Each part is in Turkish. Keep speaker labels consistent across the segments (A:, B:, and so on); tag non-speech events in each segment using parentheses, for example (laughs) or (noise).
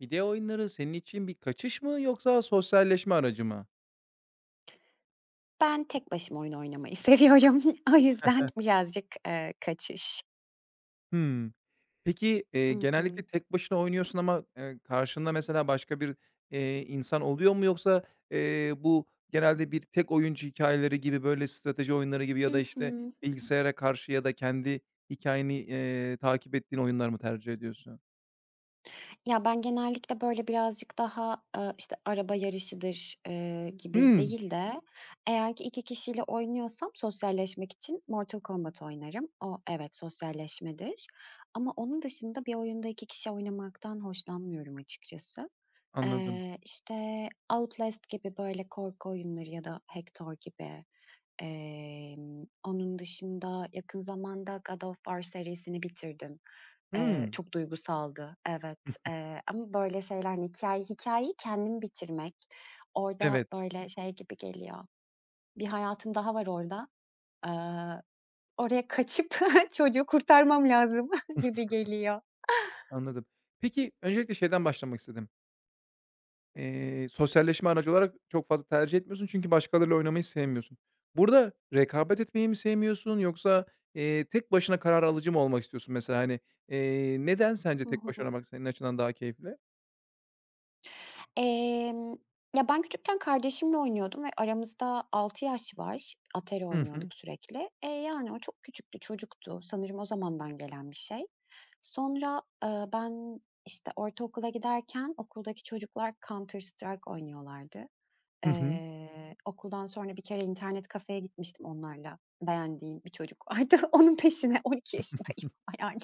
A: Video oyunları senin için bir kaçış mı yoksa sosyalleşme aracı mı?
B: Ben tek başıma oyun oynamayı seviyorum. (laughs) O yüzden birazcık, kaçış.
A: Hımm. Peki,
B: I
A: genellikle
B: hı.
A: tek başına oynuyorsun ama, karşında mesela başka bir, insan oluyor mu yoksa, bu genelde bir tek oyuncu hikayeleri gibi, böyle, strateji oyunları gibi ya
B: I
A: da, işte,
B: hı.
A: bilgisayara karşı ya da kendi hikayeni takip ettiğin oyunlar mı tercih ediyorsun?
B: Ya, ben genellikle, böyle, birazcık daha, işte, araba yarışıdır, gibi
A: Hımm,
B: değil de eğer ki 2 kişiyle oynuyorsam sosyalleşmek için Mortal Kombat oynarım. O, evet, sosyalleşmedir ama onun dışında bir oyunda 2 kişi oynamaktan hoşlanmıyorum açıkçası.
A: anladım.
B: İşte, Outlast gibi, böyle, korku oyunları ya da Hector gibi. Onun dışında yakın zamanda God of War serisini bitirdim. Eee,
A: Hımm,
B: çok duygusaldı. Evet, ama böyle şeyler, hani, hikâyeyi kendim bitirmek orada
A: evet,
B: böyle şey gibi geliyor, bir hayatım daha var orada. Eee, oraya kaçıp (laughs) çocuğu kurtarmam lazım (laughs) gibi geliyor.
A: anladım. Peki, öncelikle şeyden başlamak istedim. Sosyalleşme aracı olarak çok fazla tercih etmiyorsun çünkü başkalarıyla oynamayı sevmiyorsun. Burada rekabet etmeyi mi sevmiyorsun yoksa, tek başına karar alıcı mı olmak istiyorsun mesela? Hani, neden sence
B: Hı
A: tek başına
B: hı.
A: oynamak senin açından daha keyifli?
B: Emm, ya, ben küçükken kardeşimle oynuyordum ve aramızda 6 yaş var. Atari
A: Hı hı.
B: oynuyorduk sürekli. Yani, o çok küçüktü, çocuktu. Sanırım o zamandan gelen bir şey. Sonra, ben, işte, ortaokula giderken okuldaki çocuklar Counter Strike oynuyorlardı.
A: Hı hı.
B: Okuldan sonra bir kere internet kafeye gitmiştim onlarla. Beğendiğim bir çocuk vardı. (laughs) Onun peşine 12 yaşındayım ama yani.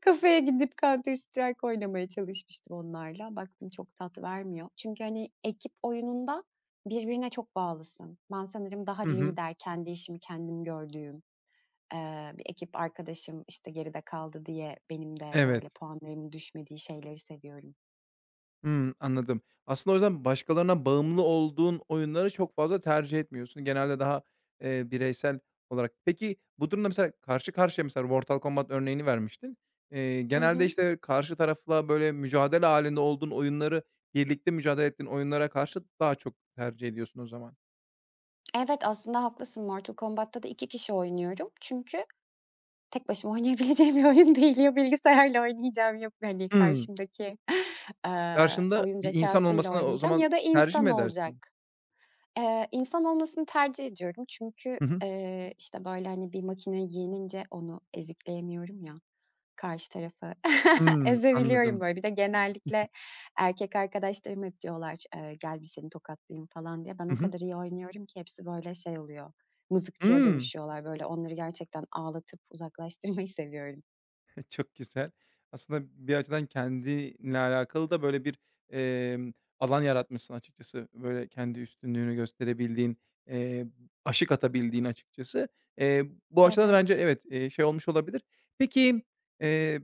B: Kafeye gidip Counter Strike oynamaya çalışmıştım onlarla. Baktım çok tat vermiyor. Çünkü, hani, ekip oyununda birbirine çok bağlısın. Ben sanırım daha
A: Hı hı.
B: lider, kendi işimi kendim gördüğüm, bir ekip arkadaşım, işte, geride kaldı diye benim de, böyle,
A: Evet.
B: puanlarımın düşmediği şeyleri seviyorum.
A: Hımm, anladım. Aslında o yüzden başkalarına bağımlı olduğun oyunları çok fazla tercih etmiyorsun. Genelde daha, bireysel olarak. Peki, bu durumda mesela karşı karşıya mesela Mortal Kombat örneğini vermiştin.
B: Hı
A: Genelde,
B: hı.
A: işte, karşı tarafla böyle mücadele hâlinde olduğun oyunları, birlikte mücadele ettiğin oyunlara karşı daha çok tercih ediyorsun o zaman.
B: Evet, aslında haklısın. Mortal Kombat'ta da 2 kişi oynuyorum. Çünkü tek başıma oynayabileceğim bir oyun değil. Ya bilgisayarla oynayacağım ya, hani,
A: Hımm.
B: karşımdaki, (laughs)
A: Karşında
B: oyun
A: bir insan
B: zekasıyla
A: olmasını o
B: oynayacağım
A: zaman
B: ya da
A: tercih
B: insan
A: mi edersin?
B: olacak. İnsan olmasını tercih ediyorum çünkü,
A: Hı hı.
B: işte, böyle, hani, bir makine yenince onu ezikleyemiyorum ya. Karşı tarafı (laughs)
A: Hımm,
B: ezebiliyorum
A: anladım.
B: böyle. Bir de genellikle erkek arkadaşlarım hep diyorlar, "Gel bir seni tokatlayayım." falan diye. Ben
A: Hı
B: o
A: hı.
B: kadar iyi oynuyorum ki hepsi böyle şey oluyor, mızıkçıya
A: Hımm.
B: dönüşüyorlar böyle. Onları gerçekten ağlatıp uzaklaştırmayı (laughs) seviyorum.
A: (laughs) Çok güzel. Aslında bir açıdan kendinle alakalı da böyle bir, emm, alan yaratmışsın açıkçası. Böyle kendi üstünlüğünü gösterebildiğin, eee, aşık atabildiğin açıkçası. Eee, Bu açıdan da bence
B: Evet.
A: evet, şey olmuş olabilir. Peki, eee,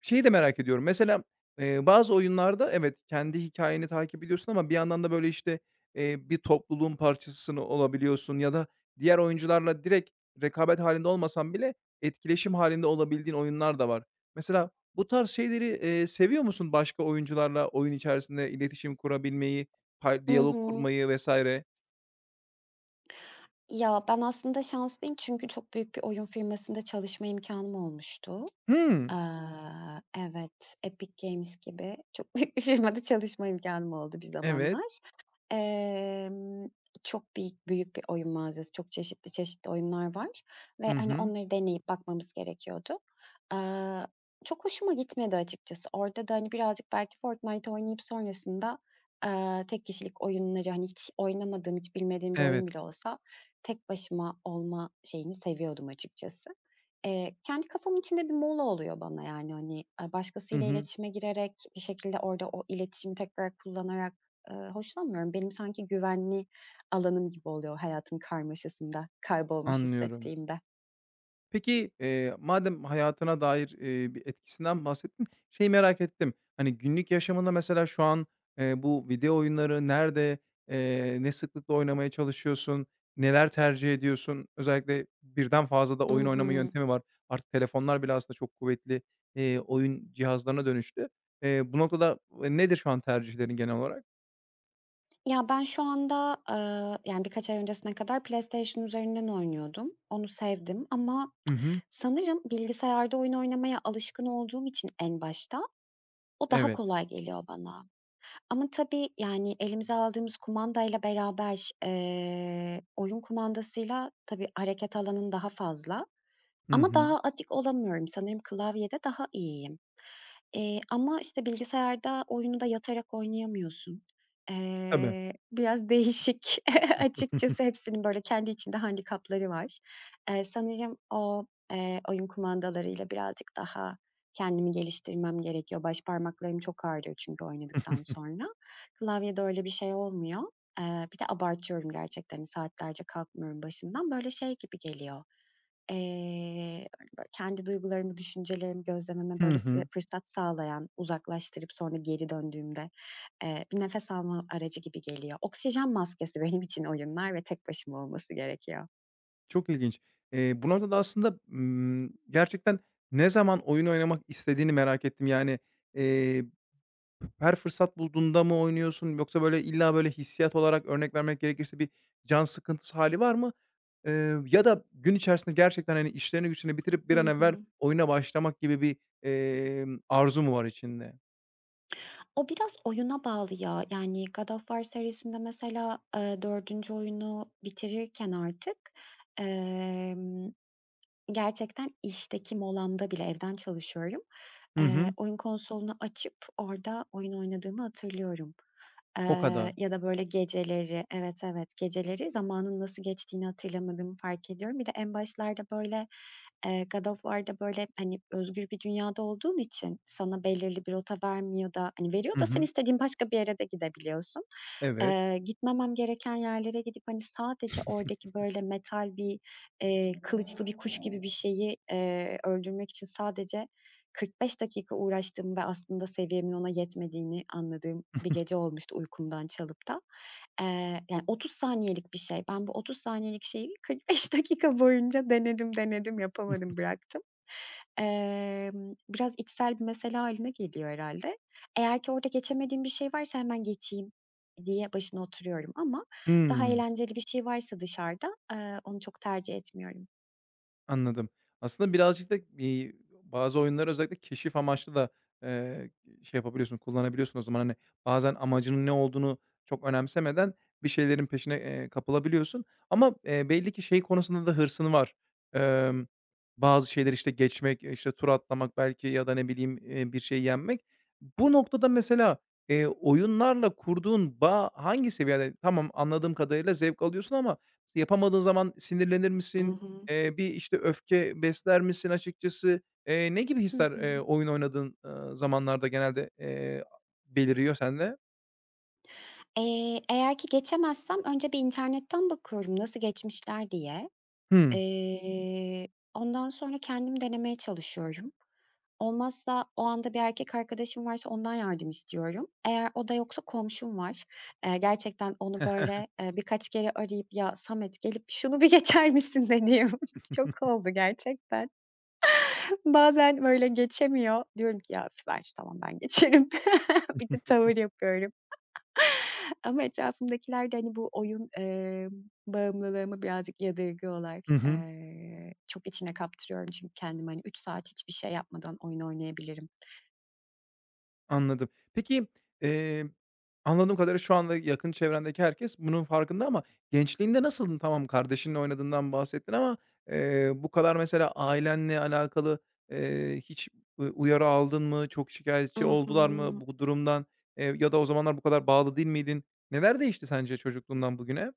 A: şeyi de merak ediyorum. Mesela, bazı oyunlarda evet, kendi hikayeni takip ediyorsun ama bir yandan da böyle, işte, bir topluluğun parçasısını olabiliyorsun ya da diğer oyuncularla direkt rekabet halinde olmasan bile etkileşim halinde olabildiğin oyunlar da var. Mesela bu tarz şeyleri, seviyor musun başka oyuncularla oyun içerisinde iletişim kurabilmeyi, pay
B: I
A: diyalog
B: hı.
A: kurmayı vesaire.
B: Ya, ben aslında şanslıyım çünkü çok büyük bir oyun firmasında çalışma imkanım olmuştu.
A: Hmm.
B: Evet, Epic Games gibi çok (laughs) büyük bir firmada çalışma imkanım oldu bir
A: Evet.
B: zamanlar. Emm, çok büyük bir oyun mağazası, çok çeşitli oyunlar var ve,
A: Hı
B: hani,
A: hı.
B: onları deneyip bakmamız gerekiyordu. Aaa, çok hoşuma gitmedi açıkçası. Orada da, hani, birazcık belki Fortnite oynayıp sonrasında, tek kişilik oyunları, hani, hiç oynamadığım, hiç bilmediğim bir oyun
A: Evet.
B: bile olsa tek başıma olma şeyini seviyordum açıkçası. Kendi kafamın içinde bir mola oluyor bana, yani, hani,
A: Hı
B: başkasıyla
A: hı.
B: iletişime girerek bir şekilde orada o iletişimi tekrar kullanarak hoşlanmıyorum. Benim sanki güvenli alanım gibi oluyor hayatın karmaşasında kaybolmuş
A: Anlıyorum.
B: hissettiğimde.
A: Peki, madem hayatına dair, bir etkisinden bahsettin, şeyi merak ettim. Hani, günlük yaşamında mesela şu an, bu video oyunları nerede, ne sıklıkla oynamaya çalışıyorsun, neler tercih ediyorsun? Özellikle birden fazla da oyun oynama
B: I.
A: yöntemi var. Artık telefonlar bile aslında çok kuvvetli, oyun cihazlarına dönüştü. Bu noktada, nedir şu an tercihlerin genel olarak?
B: Ya, ben şu anda, yani, birkaç ay öncesine kadar PlayStation üzerinden oynuyordum. Onu sevdim ama
A: Hı hı.
B: sanırım bilgisayarda oyun oynamaya alışkın olduğum için en başta o daha
A: Evet.
B: kolay geliyor bana. Ama tabii, yani, elimize aldığımız kumandayla beraber, oyun kumandasıyla tabii hareket alanın daha fazla.
A: Hı
B: Ama
A: hı.
B: daha atik olamıyorum. Sanırım klavyede daha iyiyim. Ama, işte, bilgisayarda oyunu da yatarak oynayamıyorsun.
A: Tabii.
B: Biraz değişik (laughs) açıkçası hepsinin böyle kendi içinde handikapları var. Sanırım o, oyun kumandalarıyla birazcık daha kendimi geliştirmem gerekiyor. Baş parmaklarım çok ağrıyor çünkü oynadıktan
A: (laughs)
B: sonra. Klavyede öyle bir şey olmuyor. Bir de abartıyorum gerçekten, hani, saatlerce kalkmıyorum başından. Böyle şey gibi geliyor. Eee, böyle, kendi duygularımı, düşüncelerimi gözlememe,
A: Hı
B: böyle,
A: hı.
B: fırsat sağlayan, uzaklaştırıp sonra geri döndüğümde, bir nefes alma aracı gibi geliyor. Oksijen maskesi benim için oyunlar ve tek başıma olması gerekiyor.
A: Çok ilginç. Bu noktada aslında, gerçekten ne zaman oyun oynamak istediğini merak ettim. Yani, eee, her fırsat bulduğunda mı oynuyorsun yoksa, böyle, illa, böyle, hissiyat olarak örnek vermek gerekirse bir can sıkıntısı hali var mı? Ya da gün içerisinde gerçekten, hani, işlerini güçlerini bitirip
B: I
A: bir an evvel
B: hı.
A: oyuna başlamak gibi bir, arzu mu var içinde?
B: O biraz oyuna bağlı ya. Yani God of War serisinde mesela, 4. oyunu bitirirken artık, gerçekten işteki molamda bile evden çalışıyorum.
A: Hı
B: Eee,
A: hı.
B: oyun konsolunu açıp orada oyun oynadığımı hatırlıyorum.
A: O
B: Eee,
A: kadar.
B: ya da böyle geceleri evet, evet, geceleri zamanın nasıl geçtiğini hatırlamadığımı fark ediyorum. Bir de en başlarda böyle, God of War'da böyle, hani, özgür bir dünyada olduğun için sana belirli bir rota vermiyor da, hani, veriyor
A: Hı
B: da sen
A: hı.
B: istediğin başka bir yere de gidebiliyorsun.
A: Evet.
B: Gitmemem gereken yerlere gidip, hani, sadece oradaki böyle metal bir kılıçlı bir kuş gibi bir şeyi, öldürmek için sadece 45 dakika uğraştığım ve aslında seviyemin ona yetmediğini anladığım bir gece olmuştu uykumdan çalıp da. Yani 30 saniyelik bir şey. Ben bu 30 saniyelik şeyi 45 (laughs) dakika boyunca denedim, denedim, yapamadım, bıraktım. Biraz içsel bir mesele haline geliyor herhalde. Eğer ki orada geçemediğim bir şey varsa hemen geçeyim diye başına oturuyorum ama daha
A: Hıı.
B: eğlenceli bir şey varsa dışarıda, onu çok tercih etmiyorum.
A: Anladım. Aslında birazcık da, bazı oyunları özellikle keşif amaçlı da, eee, şey yapabiliyorsun, kullanabiliyorsun o zaman. Hani, bazen amacının ne olduğunu çok önemsemeden bir şeylerin peşine, kapılabiliyorsun ama, belli ki şey konusunda da hırsın var. Emm, Bazı şeyler işte, geçmek, işte, tur atlamak belki ya da ne bileyim, bir şey yenmek. Bu noktada mesela, oyunlarla kurduğun bağ hangi seviyede? Tamam, anladığım kadarıyla zevk alıyorsun ama yapamadığın zaman sinirlenir
B: I
A: misin?
B: hı.
A: Bir, işte, öfke besler misin açıkçası? Ne gibi
B: Hı
A: hisler,
B: hı.
A: oyun oynadığın, zamanlarda genelde, beliriyor sende?
B: Eğer ki geçemezsem önce bir internetten bakıyorum nasıl geçmişler diye.
A: Hımm.
B: Eee, ondan sonra kendim denemeye çalışıyorum. Olmazsa o anda bir erkek arkadaşım varsa ondan yardım istiyorum. Eğer o da yoksa komşum var. Gerçekten onu, böyle, birkaç kere arayıp "Ya, Samet gelip şunu bir (laughs) geçer misin?" dediğim (laughs) çok
A: (laughs)
B: oldu gerçekten. Bazen böyle geçemiyor. Diyorum ki, "Ya, üf, ver işte, tamam ben geçerim." (laughs) Bir de tavır yapıyorum. (laughs) Ama etrafımdakiler de, hani, bu oyun, bağımlılığımı birazcık yadırgıyorlar.
A: Hı hı.
B: Çok içine kaptırıyorum çünkü kendimi, hani, 3 saat hiçbir şey yapmadan oyun oynayabilirim.
A: Anladım. Peki, eee, anladığım kadarıyla şu anda yakın çevrendeki herkes bunun farkında ama gençliğinde nasıldın? Tamam, kardeşinle oynadığından bahsettin ama, bu kadar mesela ailenle alakalı, hiç uyarı aldın mı? Çok şikayetçi oldular
B: I.
A: mı bu durumdan? Ya da o zamanlar bu kadar bağlı değil miydin? Neler değişti sence çocukluğundan bugüne?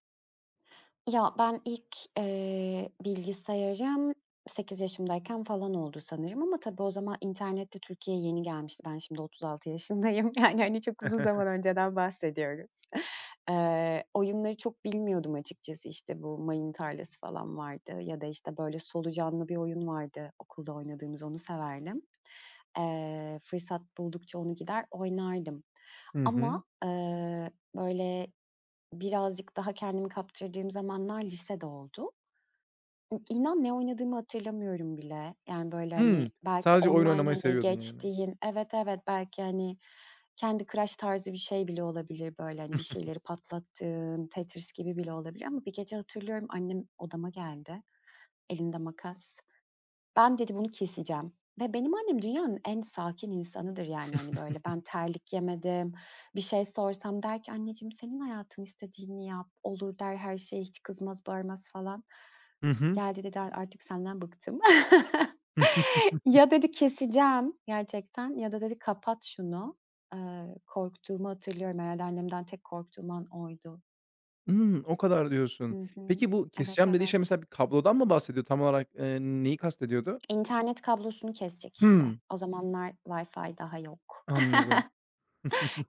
B: Ya, ben ilk, bilgisayarım 8 yaşımdayken falan oldu sanırım ama tabii o zaman internette de Türkiye'ye yeni gelmişti. Ben şimdi 36 yaşındayım. (laughs) Yani, hani, çok uzun zaman
A: (laughs)
B: önceden bahsediyoruz. (laughs) Oyunları çok bilmiyordum açıkçası. İşte, bu mayın tarlası falan vardı ya da, işte, böyle solucanlı bir oyun vardı okulda oynadığımız, onu severdim. Fırsat buldukça onu gider oynardım
A: Hı hı.
B: ama, böyle birazcık daha kendimi kaptırdığım zamanlar lisede oldu. İ inan ne oynadığımı hatırlamıyorum bile. Yani, böyle, hani,
A: Hımm.
B: belki
A: Sadece oyun
B: online,
A: oynamayı
B: hani,
A: seviyordun yani.
B: evet, evet, belki, hani, kendi Crash tarzı bir şey bile olabilir, böyle, hani, bir şeyleri patlattığın, Tetris gibi bile olabilir ama bir gece hatırlıyorum annem odama geldi, elinde makas. Ben dedi bunu keseceğim ve benim annem dünyanın en sakin insanıdır yani, hani, böyle ben terlik yemedim, bir şey sorsam der ki "Anneciğim senin hayatın istediğini yap." olur der, her şeye hiç kızmaz, bağırmaz falan.
A: Hı hı.
B: Geldi dedi artık senden bıktım." (laughs)
A: (laughs)
B: Ya dedi keseceğim gerçekten ya da dedi kapat şunu. Korktuğumu hatırlıyorum herhâlde annemden tek korktuğum an oydu.
A: Hımm, o kadar diyorsun.
B: Hı hı.
A: Peki bu
B: Evet,
A: keseceğim dediği şey
B: evet.
A: mesela bir kablodan mı bahsediyor? Tam olarak, neyi kastediyordu?
B: İnternet kablosunu kesecek işte.
A: Hımm,
B: O zamanlar Wi-Fi daha yok.
A: anladım.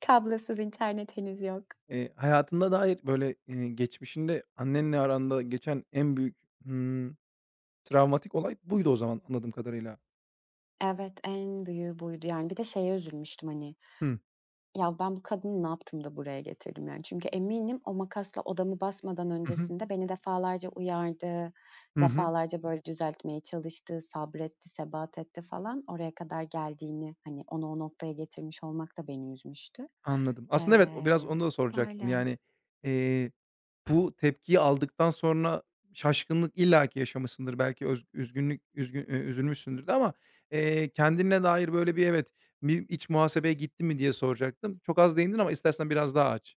B: Kablosuz internet henüz yok.
A: Hayatına dair böyle, geçmişinde annenle aranda geçen en büyük, hımm, travmatik olay buydu o zaman anladığım kadarıyla.
B: Evet, en büyüğü buydu. Yani bir de şeye üzülmüştüm, hani,
A: Hımm.
B: "Ya, ben bu kadını ne yaptım da buraya getirdim?" yani. Çünkü eminim o makasla odamı basmadan
A: Hı hı.
B: öncesinde beni defalarca uyardı,
A: Hı hı.
B: defalarca, böyle, düzeltmeye çalıştı, sabretti, sebat etti falan. Oraya kadar geldiğini, hani, onu o noktaya getirmiş olmak da beni üzmüştü.
A: Anladım. Aslında evet, o biraz onu
B: Emm,
A: da
B: Böyle.
A: soracaktım. Yani, eee bu tepkiyi aldıktan sonra şaşkınlık illaki yaşamışsındır. Belki üzgünlük üzgün üzülmüşsündür de ama, kendine dair böyle bir evet, bir iç muhasebeye gittin mi diye soracaktım. Çok az değindin ama istersen biraz daha aç.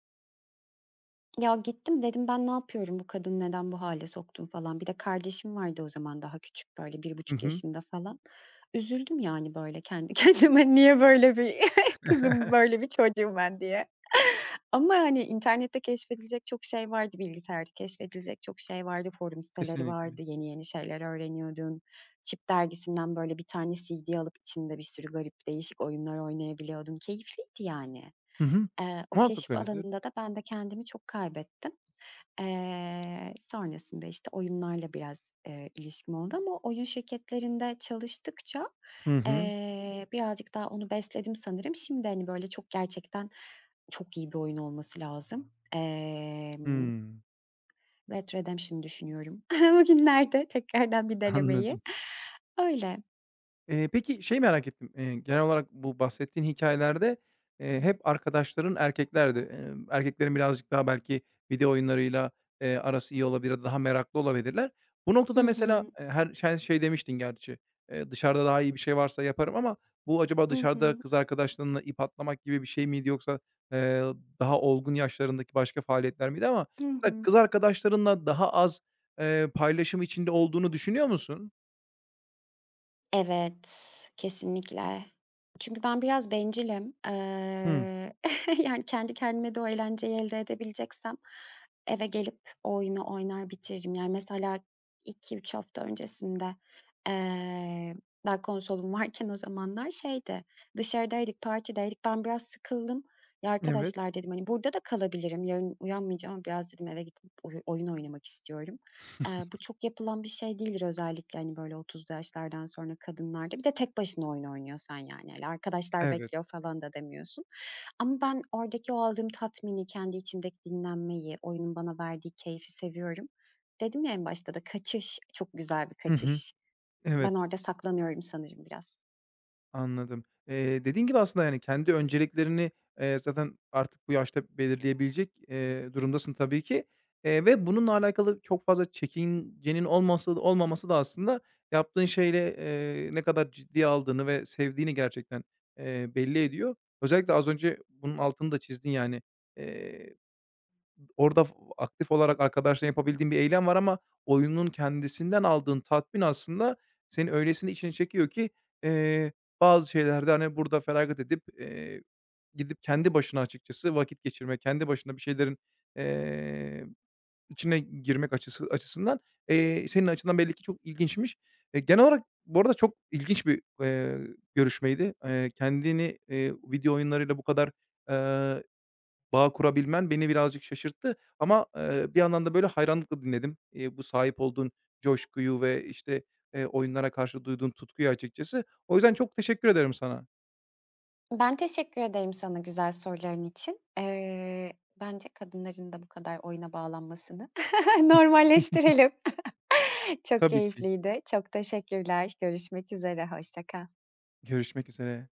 B: Ya, gittim, dedim, "Ben ne yapıyorum? Bu kadını neden bu hale soktum?" falan. Bir de kardeşim vardı o zaman daha küçük, böyle bir
A: Hı
B: buçuk
A: hı.
B: yaşında falan. Üzüldüm yani böyle kendi (laughs) kendime, niye böyle bir (laughs) kızım,
A: (laughs)
B: böyle bir çocuğum ben diye. Ama, hani, internette keşfedilecek çok şey vardı, bilgisayarda keşfedilecek çok şey vardı, forum siteleri vardı,
A: Kesinlikle.
B: yeni yeni şeyler öğreniyordun. Chip dergisinden böyle bir tane CD alıp içinde bir sürü garip değişik oyunlar oynayabiliyordun. Keyifliydi yani.
A: Hı hı.
B: O
A: Muhakkak
B: keşif
A: öyledir.
B: alanında da ben de kendimi çok kaybettim. Sonrasında, işte, oyunlarla biraz, ilişkim oldu ama oyun şirketlerinde çalıştıkça,
A: Hı hı.
B: birazcık daha onu besledim sanırım. Şimdi, hani, böyle, çok gerçekten çok iyi bir oyun olması lazım. Emm,
A: Hımm.
B: Red Redemption düşünüyorum (laughs) bugünlerde tekrardan bir denemeyi.
A: Anladım.
B: Öyle.
A: Peki şey merak ettim, genel olarak bu bahsettiğin hikâyelerde, hep arkadaşların erkeklerdi. Erkeklerin birazcık daha belki video oyunlarıyla, arası iyi olabilir, ya da daha meraklı olabilirler. Bu noktada
B: Hı
A: mesela,
B: hı.
A: her şey demiştin gerçi, "Dışarıda daha iyi bir şey varsa yaparım." ama bu acaba
B: Hı
A: dışarıda
B: hı.
A: kız arkadaşlarınla ip atlamak gibi bir şey miydi yoksa, eee, daha olgun yaşlarındaki başka faaliyetler miydi? Ama
B: Hı
A: mesela
B: hı.
A: kız arkadaşlarınla daha az, paylaşım içinde olduğunu düşünüyor musun?
B: Evet, kesinlikle. Çünkü ben biraz bencilim.
A: Hımm.
B: (laughs) Yani, kendi kendime de o eğlenceyi elde edebileceksem eve gelip o oyunu oynar bitiririm. Yani, mesela iki üç hafta öncesinde, eee, daha konsolum varken o zamanlar şeydi, dışarıdaydık, partideydik. Ben biraz sıkıldım. "Ya,
A: Evet,
B: arkadaşlar" dedim, hani, "Burada da kalabilirim. Yarın uyanmayacağım ama biraz" dedim, "Eve gidip oyun oynamak istiyorum." Bu çok yapılan bir şey değildir özellikle, hani, böyle 30'lu yaşlardan sonra kadınlarda. Bir de tek başına oyun oynuyorsan, yani, hani, arkadaşlar
A: evet.
B: bekliyor falan da demiyorsun. Ama ben oradaki o aldığım tatmini, kendi içimdeki dinlenmeyi, oyunun bana verdiği keyfi seviyorum. Dedim ya en başta da kaçış çok güzel bir
A: Hı hı.
B: kaçış. Ben
A: Evet,
B: orada saklanıyorum sanırım biraz.
A: anladım. Dediğin gibi aslında, yani, kendi önceliklerini, zaten artık bu yaşta belirleyebilecek, durumdasın tabii ki, ve bununla alakalı çok fazla çekincenin olması olmaması da aslında yaptığın şeyle, ne kadar ciddiye aldığını ve sevdiğini gerçekten, belli ediyor. Özellikle az önce bunun altını da çizdin, yani. Eee Orada aktif olarak arkadaşla yapabildiğin bir eylem var ama oyunun kendisinden aldığın tatmin aslında seni öylesine içine çekiyor ki, eee, bazı şeylerde, hani, burada feragat edip, gidip kendi başına açıkçası vakit geçirmek, kendi başına bir şeylerin, eee, içine girmek açısından, senin açından belli ki çok ilginçmiş. Genel olarak bu arada çok ilginç bir, görüşmeydi. Kendini, video oyunlarıyla bu kadar, eee bağ kurabilmen beni birazcık şaşırttı ama, bir yandan da böyle hayranlıkla dinledim. Bu sahip olduğun coşkuyu ve, işte, oyunlara karşı duyduğun tutkuyu açıkçası. O yüzden çok teşekkür ederim sana.
B: Ben teşekkür ederim sana güzel soruların için. Bence kadınların da bu kadar oyuna bağlanmasını (laughs) normalleştirelim. (laughs) Çok
A: Tabii ki.
B: keyifliydi. Çok teşekkürler. Görüşmek üzere. Hoşça kal.
A: Görüşmek üzere.